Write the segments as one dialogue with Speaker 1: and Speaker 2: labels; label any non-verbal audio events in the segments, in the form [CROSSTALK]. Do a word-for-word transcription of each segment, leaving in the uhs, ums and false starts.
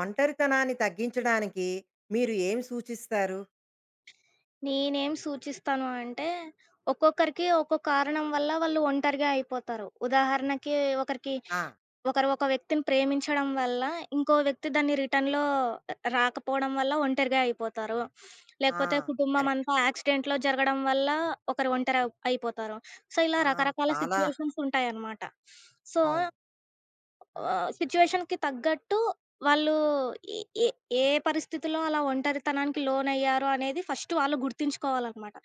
Speaker 1: ఒంటరితనాన్ని తగ్గించడానికి మీరు ఏమి సూచిస్తారు?
Speaker 2: నేనేం సూచిస్తాను అంటే, ఒక్కొక్కరికి ఒక్కో కారణం వల్ల వాళ్ళు ఒంటరిగా అయిపోతారు. ఉదాహరణకి ఒకరికి
Speaker 1: ఆ!
Speaker 2: ఒకరు ఒక వ్యక్తిని ప్రేమించడం వల్ల, ఇంకో వ్యక్తి దాన్ని రిటర్న్‌లో రాకపోవడం వల్ల ఒంటరిగా అయిపోతారు.
Speaker 1: ఆ!
Speaker 2: లేకపోతే కుటుంబం
Speaker 1: కరెక్ట్.
Speaker 2: అంతా యాక్సిడెంట్‌లో జరగడం వల్ల ఒకరు ఒంటరి అయి- అయిపోతారు. సో, ఇలా
Speaker 1: ఆ!
Speaker 2: రకరకాల
Speaker 1: చాలా
Speaker 2: సిట్యుయేషన్స్ ఉంటాయన్నమాట. సో
Speaker 1: అవును. ఆ!
Speaker 2: ఆహ్, సిట్యుయేషన్‌కి తగ్గట్టు వాళ్ళు ఏ ఏ ఏ పరిస్థితిలో అలా ఒంటరితనానికి లోనయ్యారు అనేది ఫస్ట్ వాళ్ళు గుర్తించుకోవాలనమాట.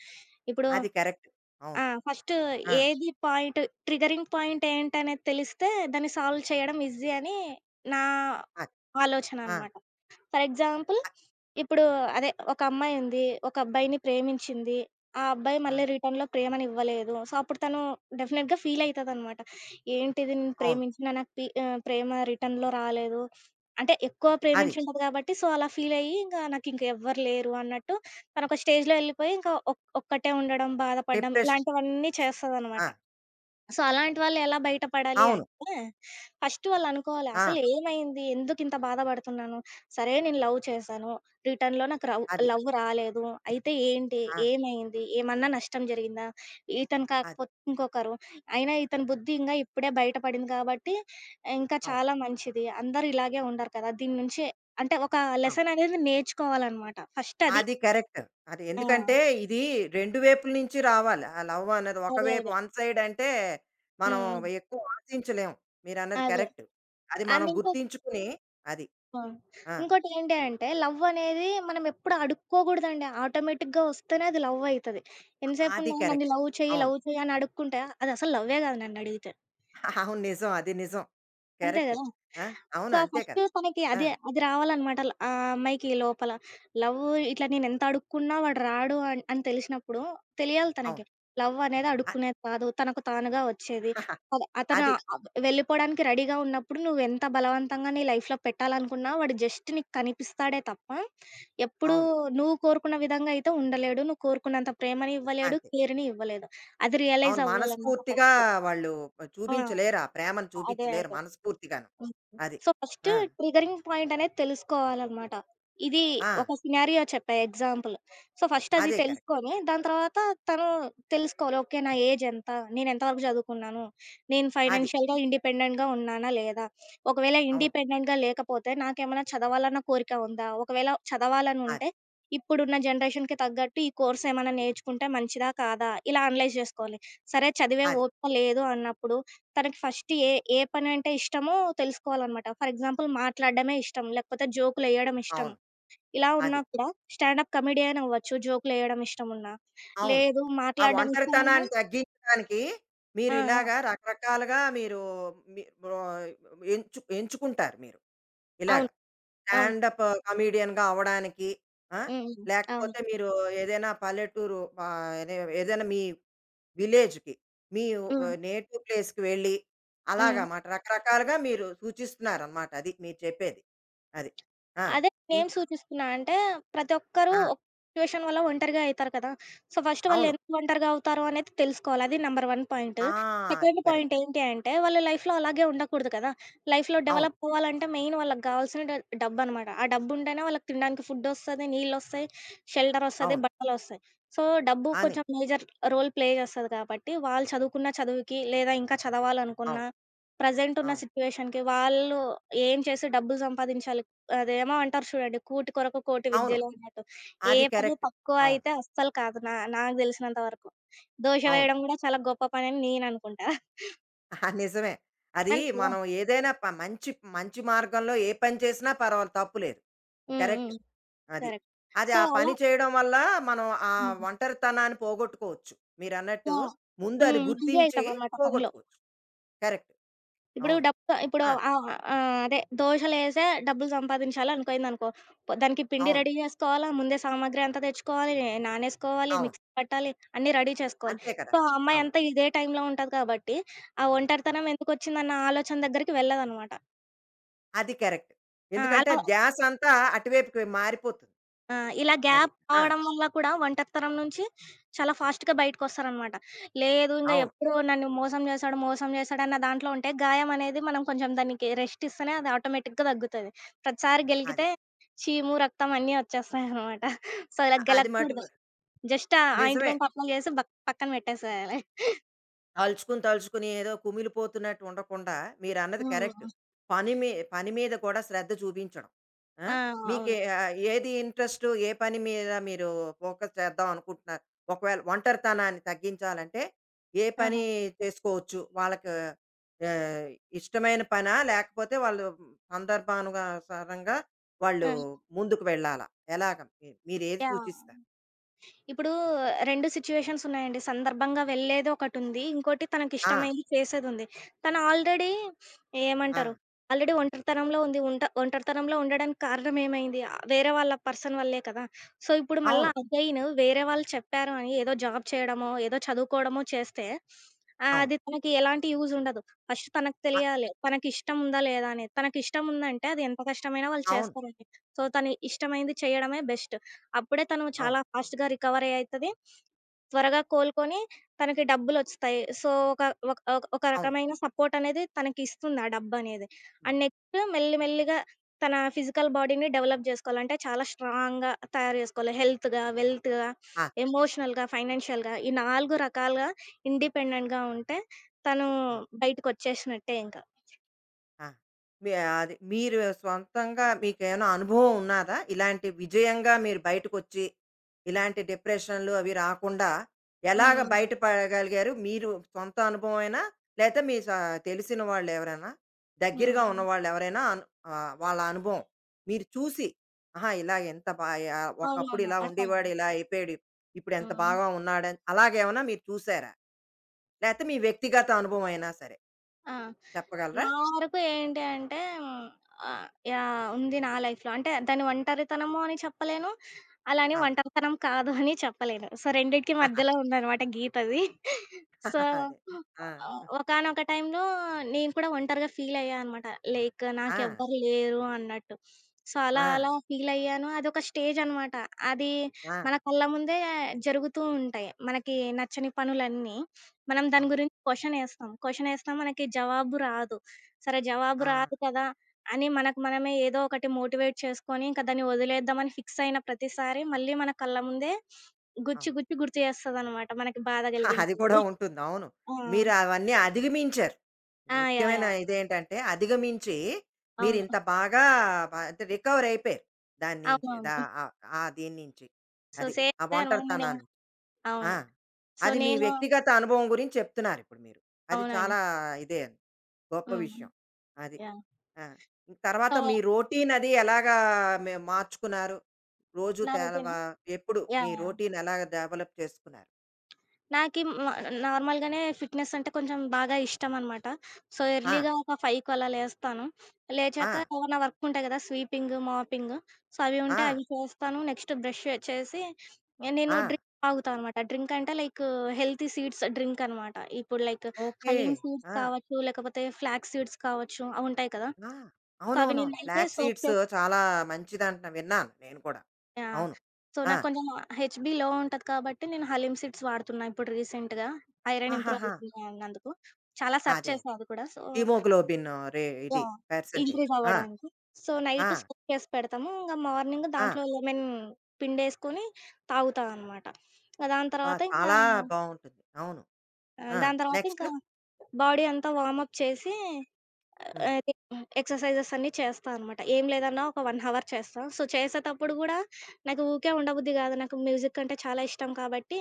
Speaker 2: ఇప్పుడు
Speaker 1: అది కరెక్ట్. అవును.
Speaker 2: ఆ! ఫస్ట్
Speaker 1: ఆ!
Speaker 2: ఏది పాయింట్ ట్రిగరింగ్ పాయింట్ ఏంటనేది తెలిస్తే దాన్ని సాల్వ్ చేయడం ఈజీ అని నా
Speaker 1: అది.
Speaker 2: ఆలోచన
Speaker 1: ఆ!
Speaker 2: అనమాట. ఫర్ ఎగ్జాంపుల్
Speaker 1: అ
Speaker 2: ఇప్పుడు అదే ఒక అమ్మాయి ఉంది. ఒక అబ్బాయిని ప్రేమించింది. ఆ అబ్బాయి
Speaker 1: ఆ!
Speaker 2: మళ్ళీ రిటర్న్‌లో ప్రేమనివ్వలేదు. సో, అప్పుడు తను డెఫినెట్‌గా ఫీల్ అయితదనమాట. ఏంటిది నేను
Speaker 1: అవును.
Speaker 2: ప్రేమించినా నాకు పి ఆహ్, ప్రేమ రిటర్న్‌లో రాలేదు. అంటే ఎక్కువ
Speaker 1: అది.
Speaker 2: ప్రేమించుంటది గాబట్టి సో, అలా ఫీల్ అయ్యి ఇంక నాకింకెవ్వరు లేరు అన్నట్టు తనొక స్టేజ్‌లో ఎళ్ళిపోయి ఇంకా ఒక్ ఒక్కటే ఉండడం, బాధపడడం
Speaker 1: డిప్రెషన్
Speaker 2: ఇలాంటివన్నీ
Speaker 1: ఆ!
Speaker 2: చేస్తదనమాట. సో, అలాంటి వాళ్ళెలా బయట పడాలి
Speaker 1: అవును.
Speaker 2: అంటే, ఫస్ట్ వాళ్ళనుకోవాలి
Speaker 1: ఆ!
Speaker 2: అసలేమైంది? ఎందుకింత బాధపడుతున్నాను? సరే నేను లవ్ చేశాను. రిటర్న్‌లో నాకు రవ్
Speaker 1: అది.
Speaker 2: లవ్ రాలేదు. అయితే ఏంటి?
Speaker 1: ఆ!
Speaker 2: ఏమైంది? ఏమన్నా నష్టం జరిగిందా? ఇతను
Speaker 1: అది.
Speaker 2: కాకపోతే ఇంకొకరు. అయినా ఇతని బుద్ధి ఇంగా ఇప్పుడే బయట పడింది కాబట్టి ఇంకా
Speaker 1: అవును.
Speaker 2: చాలా మంచిది. అందరూ ఇలాగే ఉండరు కదా! దీని నుంచి అంటే ఒక
Speaker 1: అవును.
Speaker 2: లెసన్ అనేది నేర్చుకోవాలనమాట. ఫస్ట్ అది.
Speaker 1: అది కరెక్ట్. అది
Speaker 2: ఆ!
Speaker 1: ఎందుకంటే ఇది రెండు వైపుల నుంచి రావాలి. ఆ లవ్ అన్నది
Speaker 2: అదే.
Speaker 1: ఒకవైపు
Speaker 2: అదే.
Speaker 1: వన్ సైడ్ అంటే మనం
Speaker 2: హ్మ్. హ్మ్.
Speaker 1: ఎక్కువ ఆశించలేం. మీరన్నది
Speaker 2: అదే.
Speaker 1: కరెక్ట్. అది మనం
Speaker 2: అండ్ ఇంకో
Speaker 1: గుర్తించుకుని అది.
Speaker 2: ఆ!
Speaker 1: ఆ!
Speaker 2: ఇంకోటేంటి అంటే లవ్వనేది మనం ఎప్పుడు అడుక్కోగూడదండి. ఆటోమేటిక్‌గా వస్తేనే అది లవ్వయితది. ఎంతసేపు
Speaker 1: అది
Speaker 2: నువ్వు నన్ను
Speaker 1: కరెక్ట్.
Speaker 2: లవ్ చెయ్యి,
Speaker 1: అవును.
Speaker 2: లవ్ చెయ్యి అని అడుక్కుంటే అదసలు లవ్వే గాదు నన్నడిగితే.
Speaker 1: [LAUGHS] అవును. నిజం. అది నిజం.
Speaker 2: అంతే
Speaker 1: కరెక్ట్.
Speaker 2: గదా!
Speaker 1: ఆ! అవును.
Speaker 2: సో,
Speaker 1: అంతే
Speaker 2: ఫస్ట్
Speaker 1: కదా!
Speaker 2: తనకి
Speaker 1: ఆ!
Speaker 2: అదే అది రావాలనమాట. ల్ ఆ అమ్మాయికి లోపల లవ్ ఇట్లా నేనెంత అడుక్కున్నా వాడు రాడు అన్ అని తెలిసినప్పుడు తెలియాలి తనకి.
Speaker 1: అవును.
Speaker 2: లవ్ అనేది అడుక్కునేది కాదు. తనకు తానుగా వచ్చేది.
Speaker 1: [LAUGHS] అ
Speaker 2: అదే అతను
Speaker 1: అది.
Speaker 2: ఆహ్, వెళ్ళిపోవడానికి రెడీగా ఉన్నప్పుడు నువ్వెంత బలవంతంగా నీ లైఫ్‌లో పెట్టాలనుకున్నా వాడు జస్ట్ నీకు కనిపిస్తాడే తప్ప, ఎప్పుడూ
Speaker 1: అవును.
Speaker 2: నువ్వు కోరుకున్న విధంగా అయితే ఉండలేడు. నువ్వు కోరుకున్నంత ప్రేమని ఇవ్వలేడు,
Speaker 1: అంతే.
Speaker 2: కేర్‌ని ఇవ్వలేదు. అది రియలైజ్
Speaker 1: అవును.
Speaker 2: అవ్వాలనమాట
Speaker 1: మనస్ఫూర్తిగా
Speaker 2: ఫస్ట్.
Speaker 1: వాళ్ళు
Speaker 2: ఆ!
Speaker 1: చూపించలేరు. ఆ ప్రేమను
Speaker 2: అదే.
Speaker 1: చూపించలేరు
Speaker 2: అదే.
Speaker 1: మనస్ఫూర్తిగాను. అది.
Speaker 2: సో, ఫస్ట్
Speaker 1: ఆ!
Speaker 2: ట్రిగరింగ్ పాయింట్ అనేది తెలుసుకోవాలనమాట. ఇది
Speaker 1: ఆ!
Speaker 2: ఒక సినారియో చెప్పా ఎగ్జాంపుల్. సో, ఫస్ట్ అది
Speaker 1: అదే కరెక్ట్.
Speaker 2: తెలుసుకొని, దాని తర్వాత తను తెలుసుకోవాలి. ఓకే. నా ఏజ్ ఎంత? నేను ఎంత వరకు చదువుకున్నాను? నేను
Speaker 1: అది.
Speaker 2: ఫైనాన్షియల్‌గా ఇండిపెండెంట్‌గా ఉన్నానా? లేదా? ఒకవేళ
Speaker 1: అవును.
Speaker 2: ఇండిపెండెంట్‌గా లేకపోతే నాకేమైనా చదవాలన్న కోరిక ఉందా? ఒకవేళ
Speaker 1: అది.
Speaker 2: చదవాలనుంటే ఇప్పుడున్న జనరేషన్‌కి తగ్గట్టు ఈ కోర్స్ ఏమైనా నేర్చుకుంటే మంచిదా? కాదా? ఇలా అనలైజ్ జేసుకోవాలి. సరే చదివే
Speaker 1: అది.
Speaker 2: ఓపిక లేదు అన్నప్పుడు తనకి ఫస్ట్ ఏ, ఏ పనంటే ఇష్టమో తెలుసుకోవాలనమాట. ఫర్ ఎగ్జాంపుల్ మాట్లాడడమే ఇష్టం, లేకపోతే జోకులెయడం ఇష్టం.
Speaker 1: అవును.
Speaker 2: ఇలా ఉన్నా
Speaker 1: అది.
Speaker 2: కూడా స్టాండప్ కమెడియన్ అవ్వచ్చు, జోకులెయడం ఇష్టమున్నా.
Speaker 1: అవును.
Speaker 2: లేదు
Speaker 1: ఆ
Speaker 2: మాట్లాడడం ఇష్టమున్నా.
Speaker 1: ఒంటరితనాన్ని తగ్గించడానికి
Speaker 2: ఆ!
Speaker 1: మీరు
Speaker 2: ఆ!
Speaker 1: ఇలాగా రకరకాలుగా మీరు మీ బో ఎంచు ఎంచుకుంటారు మీరు. ఇలాగ.
Speaker 2: అవును. అవును.
Speaker 1: స్టాండప్ కామెడియన్‌గా అవ్వడానికి ఆ!
Speaker 2: హ్మ్. హ్మ్. అవును.
Speaker 1: లేకపోతే మీరు ఏదైనా పల్లెటూరు ఆహ్, ఏదే ఏదైనా మీ విలేజ్‌కి మీ
Speaker 2: హ్మ్.
Speaker 1: ఆహ్, నేటివ్ ప్లేస్‌కి వెళ్ళి
Speaker 2: హ్మ్.
Speaker 1: అలాగమాట రకరకాలుగా మీరు సూచిస్తున్నారనమాట. అది మీరు చెప్పేది. అది. ఆ!
Speaker 2: అదే నేనేం
Speaker 1: ఇంకా
Speaker 2: సూచిస్తున్నా అంటే, ప్రతి ఒక్కరు
Speaker 1: ఆ!
Speaker 2: ఒక సిట్యుయేషన్ వల్ల ఒంటరిగా అయితారు కదా! సో, ఫస్ట్
Speaker 1: అవును.
Speaker 2: వాళ్ళెందుకు ఒంటరిగా అవుతారో అనేది తెలుసుకోవాలి. అది నంబర్ వన్ పాయింట్.
Speaker 1: ఆ! అది
Speaker 2: సెకండ్ పాయింట్
Speaker 1: కరెక్ట్.
Speaker 2: ఏంటి అంటే, వాళ్ళు లైఫ్‌లో అలాగే ఉండకూడదు కదా! లైఫ్‌లో
Speaker 1: అవును.
Speaker 2: డెవలప్ అవ్వాలంటే మెయిన్ వాళ్ళకి గావాల్సిన డ డబ్బనమాట. ఆ డబ్బుంటేనే వాళ్ళకి తినడానికి ఫుడ్డొస్తది, నీళ్ళొస్తాయి, షెల్టరొస్తది,
Speaker 1: అవును.
Speaker 2: బట్టలొస్తాయి. సో, డబ్బు
Speaker 1: అని.
Speaker 2: కొంచెం మేజర్ రోల్ ప్లే చేస్తది కాబట్టి, వాళ్ళు చదువుకున్న చదువుకి, లేదా ఇంకా చదవాలనుకున్న,
Speaker 1: అవును.
Speaker 2: ప్రెజెంట్ ఉన్న
Speaker 1: అవును.
Speaker 2: సిట్యుయేషన్‌కి, వాళ్ళు ఏం చేసి డబ్బులు సంపాదించాలి అదేమో అంటారు చూడండి. కూటి కొరకు కోటి
Speaker 1: అవును.
Speaker 2: విద్యలు అన్నట్టు. ఏ
Speaker 1: అది
Speaker 2: పని
Speaker 1: కరెక్ట్.
Speaker 2: తక్కువ
Speaker 1: అవును.
Speaker 2: అయితే అస్సలు కాదు. నా నాకు దెలిసినంత వరకు. దోష
Speaker 1: అవును.
Speaker 2: వేయడం గూడా చాలా గొప్ప పనని నేననుకుంటా.
Speaker 1: ఆ, నిజమే. అది
Speaker 2: అంతే కదా!
Speaker 1: మనం ఏదైనా ప మంచి మంచి మార్గంలో ఏ పని చేసినా పర్వాలేదు తప్పులేదు.
Speaker 2: హ్మ్.
Speaker 1: కరెక్ట్.
Speaker 2: హ్మ్.
Speaker 1: అది.
Speaker 2: కరెక్ట్.
Speaker 1: అది
Speaker 2: సో,
Speaker 1: ఆ
Speaker 2: అలా
Speaker 1: పని చేయడం వల్ల మనం ఆ
Speaker 2: హ్మ్.
Speaker 1: ఒంటరితనాన్ని పోగొట్టుకోవచ్చు. మీరన్నట్టు
Speaker 2: యాహ్!
Speaker 1: ముందు అది
Speaker 2: హ్మ్. బిజీ
Speaker 1: గుర్తించి
Speaker 2: అయితామనమాట పనిలో.
Speaker 1: పోగొట్టుకోవచ్చు. కరెక్ట్.
Speaker 2: ఇప్పుడు
Speaker 1: అవును.
Speaker 2: డబ్బు ఇప్పుడు
Speaker 1: ఆ!
Speaker 2: ఆహ్, ఆహ్, అదే దోశలేసే డబ్బులు సంపాదించాలనుకయిందనుకో, పొ దానికి పిండి
Speaker 1: అవును.
Speaker 2: రెడీ జేసుకోవాలా, ముందే సామాగ్రి అంతా తెచ్చుకోవాలి, నానేసుకోవాలి,
Speaker 1: అవును.
Speaker 2: మిక్సీ పట్టాలి, అన్నీ రెడీ చేసుకోవాలి.
Speaker 1: అంతే కదా!
Speaker 2: సో, ఆ
Speaker 1: అవును.
Speaker 2: అమ్మాయంతా ఇదే టైంలో ఉంటది కాబట్టి, ఆ
Speaker 1: ఆ!
Speaker 2: ఒంటరితనం ఎందుకొచ్చిందన్న ఆలోచన దగ్గరికి వెళ్ళదనమాట.
Speaker 1: అది కరెక్ట్.
Speaker 2: ఆ!
Speaker 1: ఎందుకంటే
Speaker 2: అలా
Speaker 1: ధ్యాసంతా అటువైపుకి మారిపోతుంది.
Speaker 2: ఆ! ఇలా
Speaker 1: అది.
Speaker 2: గ్యాప్
Speaker 1: ఆ!
Speaker 2: రావడం వల్ల కూడా ఒంటరితనం నుంచి చాలా ఫాస్ట్‌గా బయటకొస్తారనమాట. లేదు ఇంగ
Speaker 1: అవును.
Speaker 2: ఎప్పుడు నన్ను మోసం చేశాడు, మోసం చేశాడన్న దాంట్లో ఉంటే గాయం అనేది మనం కొంచెం దానికి రెస్ట్ ఇస్తేనే అది ఆటోమేటిక్‌గా తగ్గుతది. ప్రతిసారి
Speaker 1: అది.
Speaker 2: గెలికితే చీము, రక్తం అన్నీ వచ్చేస్తాయనమాట. సో, ఇలా
Speaker 1: అది
Speaker 2: గెలకూడదు.
Speaker 1: మటుకు
Speaker 2: జస్ట్ ఆ
Speaker 1: నిజమే.
Speaker 2: ఆయింట్‌మెంట్ అప్లై చేసి బక్ పక్కన పెట్టేసేయాలి.
Speaker 1: తలుచుకుని, తలుచుకుని ఏదో కుమిలిపోతున్నట్టు ఉండకుండా మీరన్నది కరెక్ట్.
Speaker 2: హ్మ్.
Speaker 1: పని మీ పని మీద కూడా శ్రద్ధ చూపించడం. ఆ!
Speaker 2: ఆ!
Speaker 1: మీకే
Speaker 2: అవును.
Speaker 1: ఆహ్, ఏది ఇంట్రెస్టు? ఏ పని మీద మీరు ఫోకస్ చేద్దాం అనుకుంటున్నారు? ఒకవేళ ఒంటరితనాన్ని తగ్గించాలంటే ఏ పని
Speaker 2: ఆహా!
Speaker 1: చేసుకోవచ్చు? వాళ్ళకి ఆహ్, ఇష్టమైన పనా? లేకపోతే వాళ్ళు సందర్భానుసారంగా వాళ్ళు
Speaker 2: ఆ!
Speaker 1: ముందుకు వెళ్ళాలా? ఎలాగ? మీ మీరేది
Speaker 2: యాహ్!
Speaker 1: సూచిస్తారు?
Speaker 2: ఇప్పుడు రెండు సిట్యుయేషన్స్ ఉన్నాయండి. సందర్భంగా వెళ్ళేది ఒకటుంది. ఇంకోటి
Speaker 1: ఆ!
Speaker 2: తనకిష్టమైంది చేసేదుంది. తను ఆల్రెడీ
Speaker 1: ఆ!
Speaker 2: ఏమంటారు? ఆల్రెడీ ఒంటరితనంలో ఉంది. ఉంట ఒంటరితనంలో ఉండడానికి కారణం ఏమైంది? ఆహ్, వేరే వాళ్ళ పర్సన్ వల్లే కదా! సో, ఇప్పుడు మళ్ళా
Speaker 1: అవును.
Speaker 2: అగైన్ వేరే వాళ్ళు చెప్పారు అని ఏదో జాబ్ చేయడమో, ఏదో చదువుకోవడమో చేస్తే ఆహ్,
Speaker 1: అవును.
Speaker 2: అది తనకి ఎలాంటి యూజ్ ఉండదు. ఫస్ట్ తనకు
Speaker 1: అ
Speaker 2: తెలియాలి. తనకిష్టం ఉందా? లేదా? అనేది. తనకిష్టం ఉందంటే అది ఎంత కష్టమైనా వాళ్ళు
Speaker 1: అవును.
Speaker 2: చేస్తారండి. సో, తను ఇష్టమైంది చేయడమే బెస్ట్. అప్పుడే తను
Speaker 1: అవును.
Speaker 2: చాలా ఫాస్ట్‌గా రికవరీ అయితది. త్వరగా కోలుకొని తనకి డబ్బులొస్తాయి. సో, ఒక ఒక ఒక ఒక
Speaker 1: అవును.
Speaker 2: రకమైన సపోర్టనేది తనకిస్తుంది ఆ డబ్బనేది.
Speaker 1: అవును.
Speaker 2: అండ్ నెక్స్ట్ మెల్లి మెల్లిగా తన ఫిజికల్ బాడీని డెవలప్ జేసుకోవాలి. అంటే చాలా స్ట్రాంగ్‌గా తయారు జేసుకోవాలి. హెల్త్‌గా, వెల్త్‌గా,
Speaker 1: ఆ!
Speaker 2: ఎమోషనల్‌గా, ఫైనాన్షియల్‌గా ఈ నాలుగు రకాలుగా ఇండిపెండెంట్‌గా ఉంటే తను
Speaker 1: అవును.
Speaker 2: బయటికొచ్చేసినట్టే ఇంక.
Speaker 1: ఆ! మీ అది మీరు సొంతంగా మీకేమైనా అనుభవం ఉన్నాదా? ఇలాంటి విజయంగా మీరు బయటకొచ్చి, ఇలాంటి డిప్రెషన్‌లు అవి రాకుండా ఎలాగ
Speaker 2: హ్మ్.
Speaker 1: బయటపడగలిగారు? మీరు సొంత అనుభవమేనా? లేతే మీ స తెలిసిన వాళ్ళెవరైనా, దగ్గరగా
Speaker 2: హ్మ్.
Speaker 1: ఉన్నవాళ్ళెవరైనా అను ఆహ్, వాళ్ళ అనుభవం మీరు చూసి, ఆహా! ఇలా ఎంత బా ఆహ్, ఒకప్పుడు
Speaker 2: అవునవును.
Speaker 1: ఇలా ఉండేవాడు,
Speaker 2: అర్థమైంది.
Speaker 1: ఇలా అయిపోయాడు. ఇప్పుడు ఎంత
Speaker 2: హ్మ్.
Speaker 1: బాగా ఉన్నాడని అలాగేమన్నా మీరు చూసారా? లేతే మీ వ్యక్తిగత అనుభవం అయినా సరే
Speaker 2: ఆ!
Speaker 1: చెప్పగలరా?
Speaker 2: నా వరకు ఏంటి అంటే హ్మ్, ఆహ్, యాహ్! ఉంది నా లైఫ్‌లో. అంటే దాన్ని ఒంటరితనము అని చెప్పలేను. అలానే ఒంటరితనం కాదు అని చెప్పలేను. సో, రెండిటికి మధ్యలో
Speaker 1: అవును.
Speaker 2: ఉందనమాట గీతది. సో,
Speaker 1: [LAUGHS] అదే. ఆ!
Speaker 2: ఆహ్, ఒకానొక టైంలో నేను కూడా ఒంటరిగా ఫీల్ అయ్యా అనమాట. లైక్
Speaker 1: ఆ!
Speaker 2: నాకెవ్వరు లేరు అన్నట్టు. సో, అలా
Speaker 1: ఆ!
Speaker 2: అలా ఫీల్ అయ్యాను. అదొక స్టేజ్ అనమాట. అది
Speaker 1: ఆ!
Speaker 2: మన కళ్ళ ముందే జరుగుతూ ఉంటాయి. మనకి నచ్చని పనులన్నీ. మనం దాని
Speaker 1: అవును.
Speaker 2: గురించి క్వెషన్ ఏస్తాం. క్వెషన్ ఏస్తాం మనకి జవాబు రాదు. సరే జవాబు
Speaker 1: ఆ!
Speaker 2: రాదు కదా! అని మనకు మనమే ఏదో ఒకటి మోటివేట్ చేసుకొని, ఇంక దాన్ని వదిలేద్దామని ఫిక్స్ అయిన ప్రతిసారి మళ్ళీ మన కళ్ళ ముందే గుచ్చి,
Speaker 1: అవును.
Speaker 2: గుచ్చి గుర్తు చేస్తదనమాట. మనకి బాధ
Speaker 1: [LAUGHS] అది కూడా
Speaker 2: కలిగించింది.
Speaker 1: ఉంటుంది. అవును.
Speaker 2: ఆ!
Speaker 1: మీరు అవన్నీ అధిగమించారు.
Speaker 2: ఆ! యాహ్!
Speaker 1: ముఖ్యమైన
Speaker 2: యాహ్!
Speaker 1: ఇదేంటంటే అధిగమించి
Speaker 2: అవును.
Speaker 1: మీరింత బాగా బ అంటే రికవర్ అయిపోయారు. దాని నుంచి దా
Speaker 2: అవునవును.
Speaker 1: ఆహ్, ఆ దీని నుంచి.
Speaker 2: సో,
Speaker 1: అది.
Speaker 2: సేమ్
Speaker 1: ఆ
Speaker 2: అన్నమాట నేనే
Speaker 1: ఒంటరితనాన్ని. ఆ!
Speaker 2: అవును. సో,
Speaker 1: అది మీ
Speaker 2: నేను
Speaker 1: వ్యక్తిగత అనుభవం గురించి చెప్తున్నారిప్పుడు మీరు. అది
Speaker 2: అవునండి.
Speaker 1: చాలా ఇదే గొప్ప
Speaker 2: హ్మ్.
Speaker 1: విషయం. అది.
Speaker 2: యాహ్!
Speaker 1: ఆ! తర్వాత
Speaker 2: సో,
Speaker 1: మీ రొటీన్ అది ఎలాగా మే మార్చుకున్నారు? రోజు
Speaker 2: నా రొటీన్
Speaker 1: తెలవా
Speaker 2: యాహ్!
Speaker 1: ఎప్పుడు మీ
Speaker 2: యాహ్!
Speaker 1: రొటీన్ ఎలాగ డెవలప్ చేసుకున్నారు?
Speaker 2: నాకి మ నార్మల్‌గానే ఫిట్‌నెస్ అంటే కొంచెం బాగా ఇష్టమనమాట. సో,
Speaker 1: ఆ!
Speaker 2: ఎర్లీగా ఒక ఐదింటికి అలా లేస్తాను.
Speaker 1: ఆ!
Speaker 2: లేచాక ఏవన్నా వర్క్ ఉంటాయి గదా! Sweeping, mopping. సో, అవి
Speaker 1: ఆ!
Speaker 2: ఉంటే అవి చేస్తాను. నెక్స్ట్ బ్రష్ చేసి నేను
Speaker 1: ఆ!
Speaker 2: డ్రింక్ తాగుతా అనమాట. డ్రింక్ అంటే లైక్ హెల్తీ సీడ్స్ డ్రింక్ అనమాట. ఇప్పుడు లైక్
Speaker 1: ఓకే.
Speaker 2: హలీమ్ సీడ్స్
Speaker 1: ఆ!
Speaker 2: కావచ్చు, లేకపోతే ఫ్లాక్స్ సీడ్స్ కావచ్చు, అవుంటాయి కదా!
Speaker 1: ఆ!
Speaker 2: సో, అవి
Speaker 1: అవునవునవును.
Speaker 2: నేనైతే
Speaker 1: ఫ్లాగ్
Speaker 2: సోక్
Speaker 1: సీడ్స్
Speaker 2: చేసి
Speaker 1: చాలా మంచిదంట విన్నాను నేను కూడా.
Speaker 2: ఆ!
Speaker 1: అవును.
Speaker 2: సో,
Speaker 1: ఆ!
Speaker 2: నాకు కొంచెం హెచ్‌బీ లో ఉంటది కాబట్టి, నేను హలీమ్ సీడ్స్ వాడుతున్నా ఇప్పుడు రీసెంట్‌గా. ఐరన్ ఇంప్రూవ్
Speaker 1: ఆహాహా!
Speaker 2: అవుతుంది అన్నందుకు. చాలా సెర్చ్
Speaker 1: అదే. అదే
Speaker 2: చేశా అది కూడా. సో
Speaker 1: హిమోగ్లోబిన్ రే ఇది
Speaker 2: యాహ్!
Speaker 1: పర్సెంటేజ్.
Speaker 2: ఇంక్రీజ్
Speaker 1: ఆ!
Speaker 2: అవ్వడానికి. సో,
Speaker 1: ఆ!
Speaker 2: నైట్ సోక్ చేసి పెడతాము. ఇంగ మార్నింగ్
Speaker 1: ఆ!
Speaker 2: దాంట్లో లెమన్ పిండేసుకొని తాగుతా అనమాట. దాని
Speaker 1: అబ్బా!
Speaker 2: తర్వాత ఇంకా
Speaker 1: చాలా బావుంటుంది. అవును. నెక్స్ట్.
Speaker 2: ఆహ్,
Speaker 1: ఆ!
Speaker 2: దాని తర్వాత
Speaker 1: నెక్స్ట్?
Speaker 2: ఇంకా బాడీ అంతా వార్మ్ అప్ చేసి
Speaker 1: హ్మ్.
Speaker 2: అది ఎక్సర్‌సైజెస్ అన్నీ చేస్తా అనమాట. ఏం లేదన్నా ఒక 1 అవర్ చేస్తా. సో, చేసేతప్పుడు గూడా నాకు ఊకే ఉండబుద్ధి గాదు. నాకు మ్యూజిక్ అంటే చాలా ఇష్టం కాబట్టి,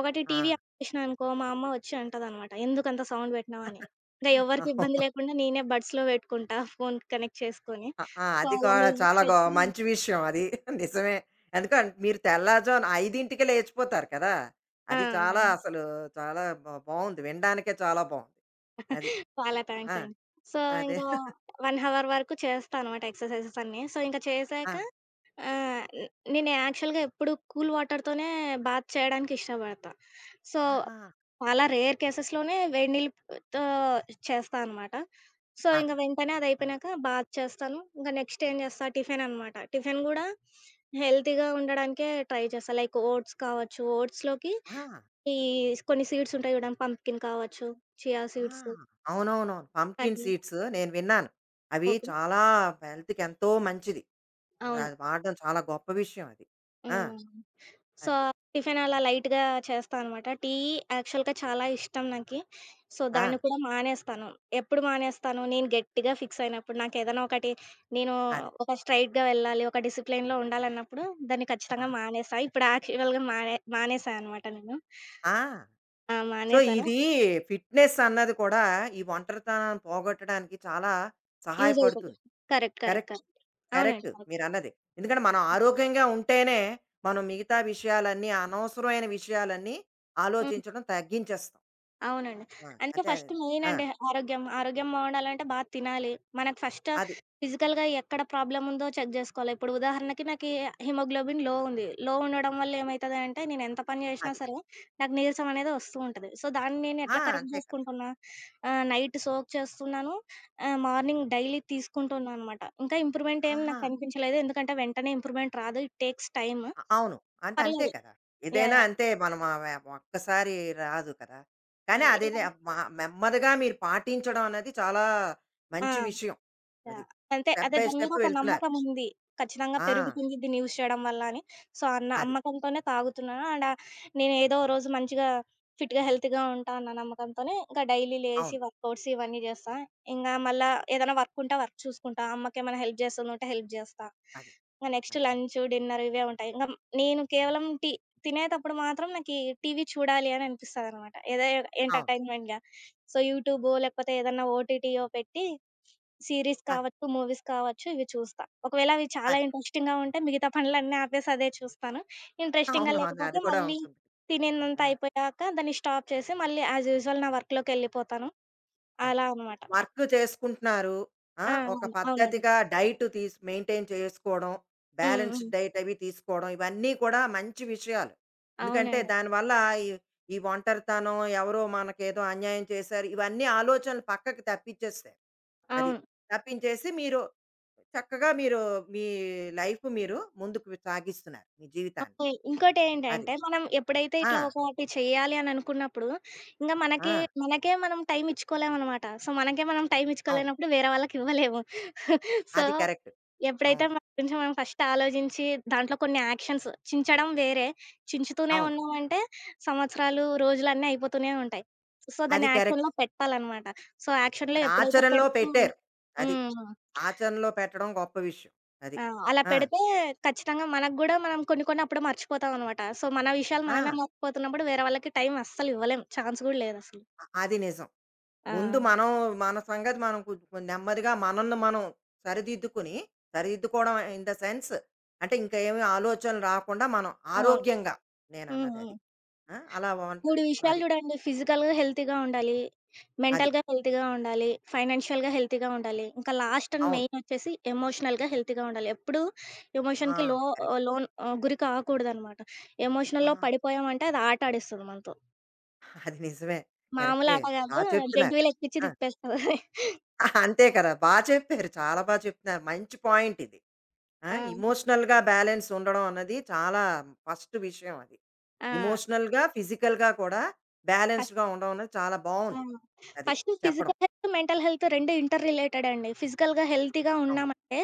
Speaker 2: ఒకటి టీవీ ఆన్ చేసినా అనుకో, మా అమ్మ వచ్చి అంటదనమాట. "ఎందుకంత సౌండ్ బెట్టినావు" అని. ఇంక
Speaker 1: ఆ!
Speaker 2: ఎవరికీ ఇబ్బంది లేకుండా నేనే బడ్స్‌లో బెట్టుకుంటా ఫోన్ కనెక్ట్ చేసుకొని.
Speaker 1: ఆ! ఆ!
Speaker 2: సో,
Speaker 1: అది
Speaker 2: అలా
Speaker 1: కూడా
Speaker 2: మ్యూజిక్
Speaker 1: చాలా గొ
Speaker 2: పెట్టుకొని
Speaker 1: మంచి విషయం అది. [LAUGHS] నిజమే. ఎందుకంటే మీరు తెల్లారుజామున ఐదుకే లేచిపోతారు కదా!
Speaker 2: ఆ!
Speaker 1: అది చాలా అసలు చాలా బా బావుంది. వినడానికే చాలా బావుంది. అది.
Speaker 2: చాలా థాంక్స్
Speaker 1: ఆ!
Speaker 2: అండి. సో,
Speaker 1: అదే.
Speaker 2: ఇంకా
Speaker 1: [LAUGHS]
Speaker 2: వన్ అవర్ వరకు చేస్తా అనమాట ఎక్సర్‌సైజెస్ అన్నీ. సో, ఇంక
Speaker 1: ఆ!
Speaker 2: చేశాక ఆహ్, న్ నేను యాక్చువల్‌గా ఎప్పుడు కూల్ వాటర్‌తోనే బాత్ చేయడానికి ఇష్టపడతా. సో,
Speaker 1: ఆహా!
Speaker 2: చాలా రేర్ కేసెస్‌లోనే వేడి నీళ్ళతో చేస్తా అనమాట. సో, ఇంక
Speaker 1: ఆహా!
Speaker 2: వెంటనే అది
Speaker 1: ఆ!
Speaker 2: అయిపోయినాక బాత్ చేస్తాను. ఇంక నెక్స్ట్ ఏం చేస్తా టిఫిన్ అనమాట. టిఫిన్ గూడా హెల్తీగా ఉండడానికే ట్రై చేస్తా. లైక్ ఓట్స్ కావచ్చు, ఓట్స్‌లోకి
Speaker 1: ఆ!
Speaker 2: ఈ కొన్ని సీడ్స్ ఉంటాయి చూడండి. పంప్కిన్ కావచ్చు, చియా
Speaker 1: ఆ!
Speaker 2: సీడ్స్,
Speaker 1: అవునవునవును. Pumpkin
Speaker 2: honey.
Speaker 1: సీడ్స్ నేను విన్నాను. అవి
Speaker 2: ఓకే.
Speaker 1: చాలా హెల్త్‌కి ఎంతో మంచిది.
Speaker 2: అవును.
Speaker 1: అది వాడడం చాలా గొప్ప విషయం అది. ఆ!
Speaker 2: హ్మ్. సో,
Speaker 1: అది.
Speaker 2: టిఫిన్ అలా లైట్‌గా చేస్తా అనమాట. టీ యాక్చువల్‌గా చాలా ఇష్టం నాకి. సో,
Speaker 1: ఆ!
Speaker 2: దాన్ని కూడా మానేస్తాను. ఎప్పుడు మానేస్తాను? నేను గట్టిగా ఫిక్స్ అయినప్పుడు. నాకేదైనా ఒకటి నేను
Speaker 1: అది.
Speaker 2: ఒక స్ట్రెయిట్‌గా వెళ్ళాలి, ఒక డిసిప్లిన్‌లో ఉండాలన్నప్పుడు దాన్ని
Speaker 1: ఆ!
Speaker 2: ఖచ్చితంగా మానేస్తా. ఇప్పుడు యాక్చువల్‌గా మానే మానేశా అనమాట నేను.
Speaker 1: ఆ!
Speaker 2: ఆ!
Speaker 1: సో,
Speaker 2: మానేశాను.
Speaker 1: ఇది ఫిట్‌నెస్ అన్నది కూడా ఈ ఒంటరితనాన్ని పోగొట్టడానికి చాలా
Speaker 2: యూజ్ అయితది.
Speaker 1: సహాయపడుతుంది.
Speaker 2: కరెక్ట్. కరెక్ట్.
Speaker 1: కరెక్ట్.
Speaker 2: కరెక్ట్. అవునండి.
Speaker 1: Correct
Speaker 2: correct.
Speaker 1: మీరన్నది. ఎందుకంటే మనం ఆరోగ్యంగా ఉంటేనే మనం మిగతా విషయాలన్నీ అనవసరమైన విషయాలన్నీ
Speaker 2: హ్మ్.
Speaker 1: ఆలోచించడం తగ్గించేస్తాం.
Speaker 2: అవునండి.
Speaker 1: ఆ!
Speaker 2: అందుకే
Speaker 1: అంతే అది.
Speaker 2: ఫస్ట్
Speaker 1: ఆ!
Speaker 2: మెయినండి ఆరోగ్యం. ఆరోగ్యం బావుండాలంటే బా తినాలి. మనకు ఫస్ట్
Speaker 1: అది.
Speaker 2: ఫిజికల్‌గా ఎక్కడ ప్రాబ్లముందో చెక్ జేసుకోవాలి. ఇప్పుడు ఉదాహరణకి నాకీ హిమోగ్లోబిన్ లో ఉంది. లో ఉండడం వల్ల ఏమైతది అంటే, నేనెంత పని జేషినా
Speaker 1: అది.
Speaker 2: సరే, నాకు నీరసం అనేది వస్తూ ఉంటది. సో, దాన్ని
Speaker 1: ఆ!
Speaker 2: నేనెట్లా కరెక్ట్
Speaker 1: అంతే కదా!
Speaker 2: జేసుకుంటున్నా, ఆహ్, నైట్ సోక్ చేస్తున్నాను. ఆహ్, మార్నింగ్ డైలీ తీసుకుంటున్నా అనమాట. ఇంకా ఇంప్రూవ్‌మెంటేం
Speaker 1: ఆహా!
Speaker 2: నాకు కనిపించలేదు. ఎందుకంటే, వెంటనే ఇంప్రూవ్‌మెంట్ రాదు. It takes time.
Speaker 1: అ- అవును అంటే అంతే
Speaker 2: పర్లేదు
Speaker 1: కదా
Speaker 2: యాహ్!
Speaker 1: ఏదైనా
Speaker 2: యాహ్!
Speaker 1: అంతే మనం ఆ వే- ఒక్కసారి రాదు కదా
Speaker 2: ఆ!
Speaker 1: కానీ అది లే-
Speaker 2: ఏదన్
Speaker 1: మా- నెమ్మదిగా మీరు పాటించడం అనేది చాలా
Speaker 2: ఆ!
Speaker 1: మంచి విషయం అది
Speaker 2: యాహ్! అంతే.
Speaker 1: స్టెప్
Speaker 2: అదే
Speaker 1: బై
Speaker 2: దాని మీద
Speaker 1: స్టెప్
Speaker 2: ఒక
Speaker 1: వెళ్తున్నారు
Speaker 2: నమ్మకముంది. ఖచ్చితంగా
Speaker 1: ఆ,
Speaker 2: పెరుగుతుంది దీన్ని యూజ్ చేయడం వల్ల అని. సో, ఆ
Speaker 1: అది
Speaker 2: నమ్మకంతోనే తాగుతున్నాను. అండ్ ఆహ్, నేనేదో ఓ రోజు మంచిగా ఫిట్‌గా, హెల్తీగా ఉంటా అన్న నమ్మకంతోనే ఇంకా డైలీ లేసి
Speaker 1: అవును
Speaker 2: వర్కౌట్స్ ఇవన్నీ చేస్తా. ఇంగా మళ్ళా ఏదైనా వర్క్ ఉంటే వర్క్ చూసుకుంటా. అమ్మకేమైనా హెల్ప్ చేస్తుందుంటే హెల్ప్ చేస్తా.
Speaker 1: అది
Speaker 2: ఇంగ నెక్స్ట్
Speaker 1: అది
Speaker 2: లంచ్, డిన్నర్ ఇవే ఉంటాయి. ఇంగ నేను కేవలం టీ తినేతప్పుడు మాత్రం నాకీ టీవీ చూడాలి అని అనిపిస్తదనమాట. ఏదో
Speaker 1: అవును
Speaker 2: ఎంటర్‌టైన్‌మెంట్‌గా. సో, యూట్యూబో లేకపోతే ఏదన్నా ఓటీటీయో పెట్టి సీరీస్
Speaker 1: అది
Speaker 2: కావచ్చు, మూవీస్ కావచ్చు ఇవి చూస్తా. ఒకవేళ అవి చాలా
Speaker 1: అది
Speaker 2: ఇంట్రెస్టింగ్‌గా ఉంటే మిగతా పనులన్నీ ఆపేసి అదే చూస్తాను. ఇంట్రెస్టింగ్‌గా
Speaker 1: అవును అవును, అది
Speaker 2: లేకపోతే
Speaker 1: కూడా
Speaker 2: మళ్ళీ
Speaker 1: ఉంటుంది
Speaker 2: తినేదంతా అయిపోయాక దాన్ని స్టాప్ చేసి మళ్ళీ యాజ్ యూజువల్ నా వర్క్‌లోకెళ్ళిపోతాను.
Speaker 1: అది.
Speaker 2: అలా అనమాట.
Speaker 1: వర్క్ చేసుకుంటున్నారు. ఆ!
Speaker 2: ఆ!
Speaker 1: ఒక
Speaker 2: అవును. అవునండి.
Speaker 1: పద్ధతిగా డైట్ తీస్ మెయింటైన్ చేసుకోవడం,
Speaker 2: హ్మ్. హ్మ్.
Speaker 1: బ్యాలెన్స్‌డ్ డైట్ అవి తీసుకోవడం, ఇవన్నీ కూడా మంచి విషయాలు. ఎందుకంటే
Speaker 2: అవునండి.
Speaker 1: దానివల్ల ఈ ఈ ఒంటరితనం, ఎవరో మనకేదో అన్యాయం చేశారు, ఇవన్నీ ఆలోచనలు పక్కకి తప్పించేస్తాయి. అది.
Speaker 2: అవును.
Speaker 1: తప్పించేసి మీరు చక్కగా మీరు మీ లైఫ్ మీరు ముందుకు సాగిస్తున్నారు. మీ జీవితాన్ని.
Speaker 2: ఓకే.
Speaker 1: అది.
Speaker 2: ఇంకోటేంటంటే మనం ఎప్పుడైతే
Speaker 1: ఆ!
Speaker 2: ఇట్లా ఒకటి చేయాలి అని అనుకున్నప్పుడు ఇంక
Speaker 1: ఆ!
Speaker 2: మనకి మనకే మనం టైమ్ ఇచ్చుకోలేమనమాట. సో, మనకే మనం టైమ్
Speaker 1: అవును.
Speaker 2: ఇచ్చుకోలేనప్పుడు వేరే వాళ్ళకివ్వలేము. సో,
Speaker 1: అది కరెక్ట్.
Speaker 2: ఎప్పుడైతే
Speaker 1: అవును.
Speaker 2: మన గురించి మనం ఫస్ట్ ఆలోచించి దాంట్లో కొన్ని యాక్షన్స్ చించడం వేరే. చించుతూనే
Speaker 1: అవును.
Speaker 2: ఉన్నామంటే సంవత్సరాలు, రోజులన్నీ అయిపోతూనే ఉంటాయి. సో, దాన్ని
Speaker 1: అది
Speaker 2: యాక్షన్‌లో
Speaker 1: కరెక్ట్.
Speaker 2: పెట్టాలనమాట. సో, యాక్షన్‌లో
Speaker 1: అది
Speaker 2: ఎప్పుడైతే
Speaker 1: ఆచరణలో
Speaker 2: పెడుతూ
Speaker 1: పెట్టారు. అది.
Speaker 2: హ్మ్.
Speaker 1: ఆచరణలో పెట్టడం గొప్ప విషయం. అది.
Speaker 2: ఆ! అలా
Speaker 1: ఆ!
Speaker 2: పెడితే ఖచ్చితంగా మనకు గూడా మనం కొన్ని కొన్ని అప్పుడు మర్చిపోతామనమాట. సో, మన విషయాలు మనమే
Speaker 1: ఆ!
Speaker 2: మర్చిపోతున్నప్పుడు వేరే వాళ్ళకి టైం అస్సలు ఇవ్వలేం. ఛాన్స్ గూడా లేదసలు.
Speaker 1: అది నిజం.
Speaker 2: ఆ!
Speaker 1: ముందు మనం మన సంగతి మనం కొంచెం నెమ్మదిగా మనల్ని మనం సరిదిద్దుకుని, సరిదిద్దుకోవడం ఇన్ ద సెన్స్ అంటే ఇంకా ఏమి ఆలోచనలు రాకుండా మనం
Speaker 2: అవును.
Speaker 1: ఆరోగ్యంగా
Speaker 2: హ్మ్.
Speaker 1: నేనన్నది
Speaker 2: హ్మ్.
Speaker 1: అది. ఆ! అలా వంట
Speaker 2: మూడు విషయాలు
Speaker 1: అది.
Speaker 2: చూడండి. ఫిజికల్‌గా హెల్తీగా ఉండాలి.
Speaker 1: అది.
Speaker 2: మెంటల్‌గా హెల్తీగా ఉండాలి. ఫైనాన్షియల్‌గా హెల్తీగా ఉండాలి. ఇంకా లాస్ట్ అండ్
Speaker 1: అవును.
Speaker 2: మెయిన్ వచ్చేసి ఎమోషనల్‌గా హెల్తీగా ఉండాలి. ఎప్పుడూ
Speaker 1: ఆ!
Speaker 2: ఎమోషన్‌కి లో
Speaker 1: కరెక్ట్.
Speaker 2: లోన్ ఆహ్, గురి కాకూడదనమాట.
Speaker 1: ఆ!
Speaker 2: ఎమోషనల్‌లో పడిపోయామంటే అది ఆట ఆడిస్తది మనతో.
Speaker 1: అది నిజమే.
Speaker 2: మామూలు
Speaker 1: కరెక్టే.
Speaker 2: ఆట
Speaker 1: బా
Speaker 2: కాదు.
Speaker 1: చెప్తున్నారు.
Speaker 2: జంటివీలు ఎక్కిచ్చి
Speaker 1: ఆ!
Speaker 2: తిప్పేస్తది.
Speaker 1: అంతే కదా! బా చెప్పారు. చాలా బా చెప్తున్నారు. మంచి పాయింట్ ఇది. ఆ!
Speaker 2: ఆ!
Speaker 1: ఎమోషనల్‌గా బ్యాలెన్స్ ఉండడం అన్నది చాలా ఫస్ట్ విషయం అది.
Speaker 2: ఆ!
Speaker 1: ఎమోషనల్‌గా, ఫిజికల్‌గా కూడా బ్యాలెన్స్డ్‌గా ఉండడం అనేది చాలా
Speaker 2: ఆ!
Speaker 1: బావుంది. అది
Speaker 2: ఫస్ట్
Speaker 1: చెప్పడం.
Speaker 2: ఫిజికల్ హెల్త్, మెంటల్ హెల్త్ రెండు ఇంటర్ రిలేటెడ్ అండి. ఫిజికల్‌గా హెల్తీగా
Speaker 1: అవును.
Speaker 2: ఉన్నామంటే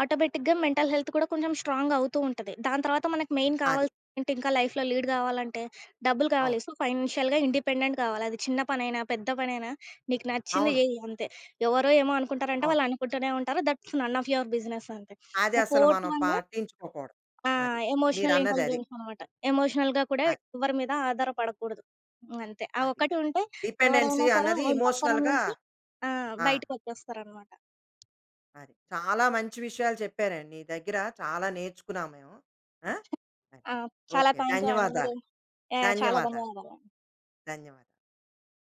Speaker 2: ఆటోమేటిక్‌గా మెంటల్ హెల్త్ కూడా కొంచెం స్ట్రాంగ్ అవుతూ ఉంటది. దాని తర్వాత మనకు మెయిన్
Speaker 1: అది.
Speaker 2: కావాల్సిందేంటి ఇంకా లైఫ్‌లో లీడ్ కావాలంటే డబ్బులు కావాలి.
Speaker 1: అవును.
Speaker 2: సో, ఫైనాన్షియల్‌గా ఇండిపెండెంట్ కావాలి. అది చిన్న పనైనా, పెద్ద పనైనా నీకు నచ్చింది
Speaker 1: అవును.
Speaker 2: జెయ్యి అంతే. ఎవరో ఏమో అనుకుంటారంటే
Speaker 1: అవును.
Speaker 2: వాళ్ళు అనుకుంటూనే ఉంటారు. That's none of your business అంతే.
Speaker 1: అది అసలు
Speaker 2: ఫోర్త్
Speaker 1: మనం
Speaker 2: వన్
Speaker 1: పట్టించుకోకూడదు.
Speaker 2: ఆ!
Speaker 1: అది.
Speaker 2: ఎమోషనల్
Speaker 1: మీరన్నది అది.
Speaker 2: ఇంటెలిజెన్స్ అనమాట. ఎమోషనల్‌గా కూడా
Speaker 1: అది.
Speaker 2: ఎవరి మీద ఆధారపడకూడదు. హ్మ్. అంతే. ఆ
Speaker 1: అది
Speaker 2: ఒక్కటి
Speaker 1: కరెక్ట్.
Speaker 2: ఉంటే
Speaker 1: డిపెండెన్సీ
Speaker 2: ఎవరైనా సరే
Speaker 1: అన్నది
Speaker 2: ఒంటరితనం
Speaker 1: ఎమోషనల్‌గా
Speaker 2: నుంచి ఆ!
Speaker 1: ఆ!
Speaker 2: బయటకొచ్చేస్తారనమాట.
Speaker 1: అది. చాలా మంచి విషయాలు చెప్పారండి. నీ దగ్గర చాలా నేర్చుకున్నాం మేము. ఆ! అది.
Speaker 2: ఆ! చాలా
Speaker 1: ఓకే.
Speaker 2: థాంక్యూ అండి. మీరు
Speaker 1: ధన్యవాదాలు.
Speaker 2: యాహ్! చాలా
Speaker 1: ధన్యవాదాలు.
Speaker 2: ధన్యవాదాలండి.
Speaker 1: ధన్యవాదాలు.